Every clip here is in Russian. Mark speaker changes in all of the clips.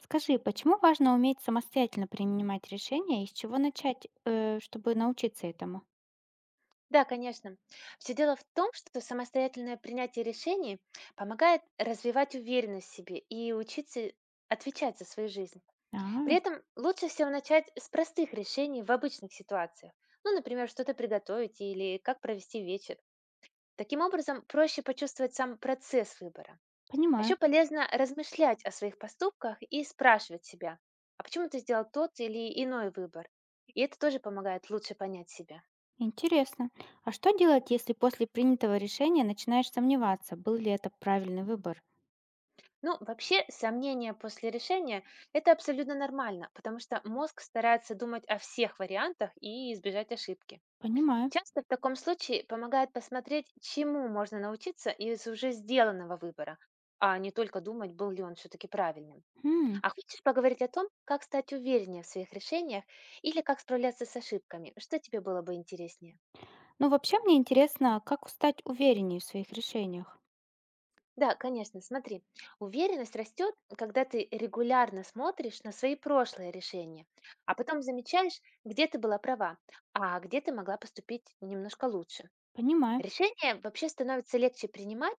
Speaker 1: Скажи, почему важно уметь самостоятельно принимать решения и с чего начать, чтобы научиться этому?
Speaker 2: Да, конечно. Все дело в том, что самостоятельное принятие решений помогает развивать уверенность в себе и учиться отвечать за свою жизнь. При
Speaker 1: А,
Speaker 2: этом лучше всего начать с простых решений в обычных ситуациях. Ну, например, что-то приготовить или как провести вечер. Таким образом, проще почувствовать сам процесс выбора. А еще
Speaker 1: понимаю.
Speaker 2: полезно размышлять о своих поступках и спрашивать себя, а почему ты сделал тот или иной выбор? И это тоже помогает лучше понять себя.
Speaker 1: Интересно. А что делать, если после принятого решения начинаешь сомневаться, был ли это правильный выбор?
Speaker 2: Ну, вообще, сомнения после решения — это абсолютно нормально, потому что мозг старается думать о всех вариантах и избежать ошибки.
Speaker 1: Понимаю.
Speaker 2: Часто в таком случае помогает посмотреть, чему можно научиться из уже сделанного выбора, а не только думать, был ли он все-таки правильным.
Speaker 1: Хм.
Speaker 2: А хочешь поговорить о том, как стать увереннее в своих решениях или как справляться с ошибками? Что тебе было бы интереснее?
Speaker 1: Ну, вообще мне интересно, как стать увереннее в своих решениях.
Speaker 2: Да, конечно, смотри, уверенность растет, когда ты регулярно смотришь на свои прошлые решения, а потом замечаешь, где ты была права, а где ты могла поступить немножко лучше.
Speaker 1: Понимаю.
Speaker 2: Решение вообще становится легче принимать,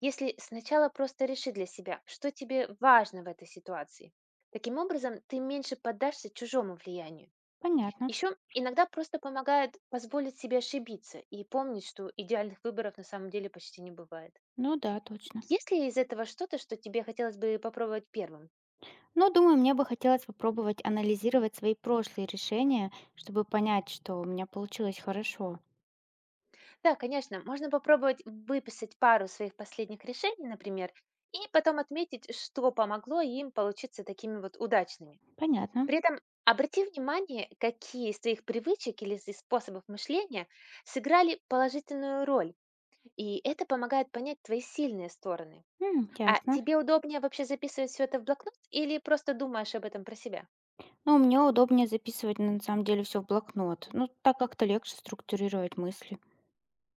Speaker 2: если сначала просто реши для себя, что тебе важно в этой ситуации. Таким образом, ты меньше поддашься чужому влиянию.
Speaker 1: Понятно.
Speaker 2: Еще иногда просто помогает позволить себе ошибиться и помнить, что идеальных выборов на самом деле почти не бывает.
Speaker 1: Ну да, точно.
Speaker 2: Есть ли из этого что-то, что тебе хотелось бы попробовать первым?
Speaker 1: Ну, думаю, мне бы хотелось попробовать анализировать свои прошлые решения, чтобы понять, что у меня получилось хорошо.
Speaker 2: Да, конечно, можно попробовать выписать пару своих последних решений, например, и потом отметить, что помогло им получиться такими вот удачными.
Speaker 1: Понятно.
Speaker 2: При этом обрати внимание, какие из твоих привычек или из способов мышления сыграли положительную роль, и это помогает понять твои сильные стороны.
Speaker 1: М,
Speaker 2: А
Speaker 1: ясно.
Speaker 2: тебе удобнее вообще записывать все это в блокнот или просто думаешь об этом про себя?
Speaker 1: Ну, мне удобнее записывать на самом деле все в блокнот. Ну, так как-то легче структурировать мысли.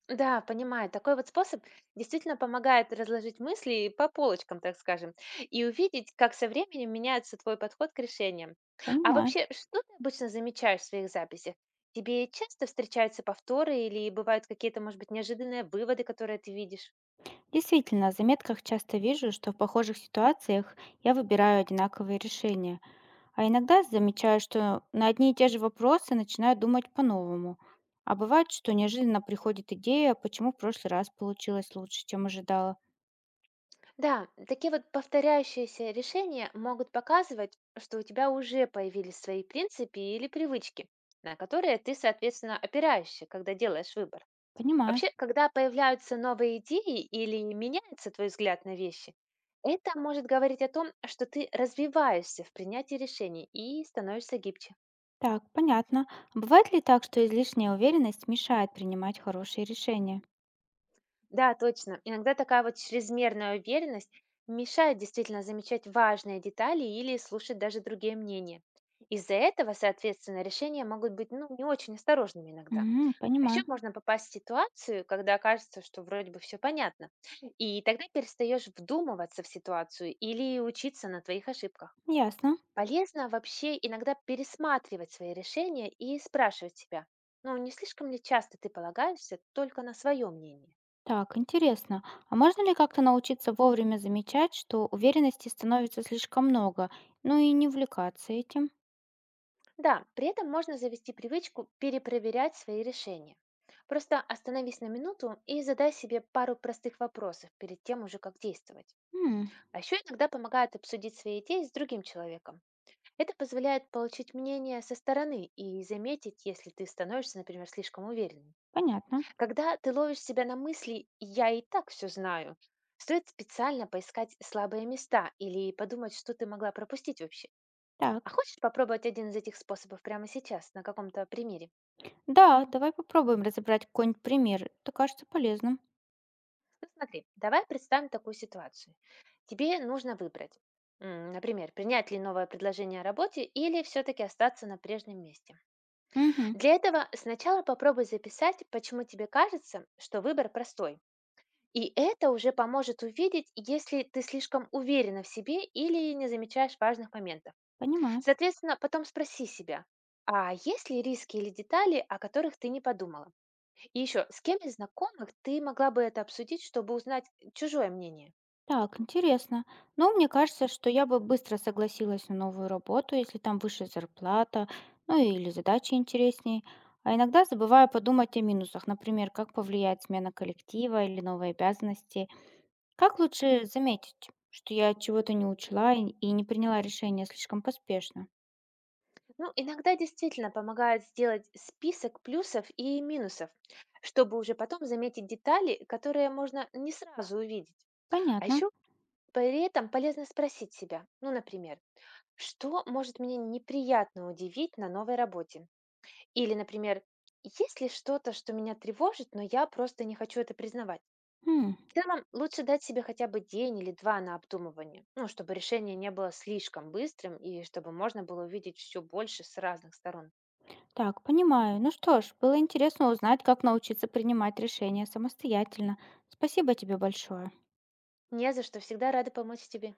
Speaker 2: Да, понимаю. Такой вот способ действительно помогает разложить мысли по полочкам, так скажем, и увидеть, как со временем меняется твой подход к решениям. А
Speaker 1: Понимаю.
Speaker 2: вообще, что ты обычно замечаешь в своих записях? Тебе часто встречаются повторы или бывают какие-то, может быть, неожиданные выводы, которые ты видишь?
Speaker 1: Действительно, в заметках часто вижу, что в похожих ситуациях я выбираю одинаковые решения. А иногда замечаю, что на одни и те же вопросы начинаю думать по-новому. А бывает, что неожиданно приходит идея, почему в прошлый раз получилось лучше, чем ожидала.
Speaker 2: Да, такие вот повторяющиеся решения могут показывать, что у тебя уже появились свои принципы или привычки, на которые ты, соответственно, опираешься, когда делаешь выбор.
Speaker 1: Понимаю.
Speaker 2: Вообще, когда появляются новые идеи или меняется твой взгляд на вещи, это может говорить о том, что ты развиваешься в принятии решений и становишься гибче.
Speaker 1: Так, понятно. А бывает ли так, что излишняя уверенность мешает принимать хорошие решения?
Speaker 2: Да, точно. Иногда такая вот чрезмерная уверенность мешает действительно замечать важные детали или слушать даже другие мнения. Из-за этого, соответственно, решения могут быть, ну, не очень осторожными иногда.
Speaker 1: М,
Speaker 2: А еще
Speaker 1: понимаю.
Speaker 2: можно попасть в ситуацию, когда кажется, что вроде бы все понятно. И тогда перестаешь вдумываться в ситуацию или учиться на твоих ошибках.
Speaker 1: Ясно.
Speaker 2: Полезно вообще иногда пересматривать свои решения и спрашивать себя, ну не слишком ли часто ты полагаешься только на свое мнение?
Speaker 1: Так, интересно. А можно ли как-то научиться вовремя замечать, что уверенности становится слишком много, ну и не увлекаться этим?
Speaker 2: Да, при этом можно завести привычку перепроверять свои решения. Просто остановись на минуту и задай себе пару простых вопросов перед тем уже, как действовать.
Speaker 1: М,
Speaker 2: А еще иногда помогает обсудить свои идеи с другим человеком. Это позволяет получить мнение со стороны и заметить, если ты становишься, например, слишком уверенным.
Speaker 1: понятно.
Speaker 2: Когда ты ловишь себя на мысли «я и так все знаю», стоит специально поискать слабые места или подумать, что ты могла пропустить вообще.
Speaker 1: Так.
Speaker 2: А хочешь попробовать один из этих способов прямо сейчас, на каком-то примере?
Speaker 1: Да, давай попробуем разобрать какой-нибудь пример. Это кажется полезным.
Speaker 2: Ну смотри, давай представим такую ситуацию. Тебе нужно выбрать, например, принять ли новое предложение о работе или все-таки остаться на прежнем месте.
Speaker 1: Угу,
Speaker 2: Для этого сначала попробуй записать, почему тебе кажется, что выбор простой. И это уже поможет увидеть, если ты слишком уверена в себе или не замечаешь важных моментов.
Speaker 1: понимаю.
Speaker 2: Соответственно, потом спроси себя, а есть ли риски или детали, о которых ты не подумала? И еще, с кем из знакомых ты могла бы это обсудить, чтобы узнать чужое мнение?
Speaker 1: Так, интересно. Ну, мне кажется, что я бы быстро согласилась на новую работу, если там выше зарплата, ну или задачи интереснее. А иногда забываю подумать о минусах, например, как повлияет смена коллектива или новые обязанности. Как лучше заметить, что я чего-то не учла и не приняла решение слишком поспешно?
Speaker 2: Ну, иногда действительно помогает сделать список плюсов и минусов, чтобы уже потом заметить детали, которые можно не сразу увидеть. А
Speaker 1: Понятно.
Speaker 2: еще при этом полезно спросить себя, ну, например, что может меня неприятно удивить на новой работе? Или, например, есть ли что-то, что меня тревожит, но я просто не хочу это признавать?
Speaker 1: М,
Speaker 2: В целом, лучше дать себе хотя бы день или два на обдумывание, ну, чтобы решение не было слишком быстрым и чтобы можно было увидеть все больше с разных сторон.
Speaker 1: так, понимаю. Ну что ж, было интересно узнать, как научиться принимать решения самостоятельно. Спасибо тебе большое.
Speaker 2: Не за что, всегда рада помочь тебе.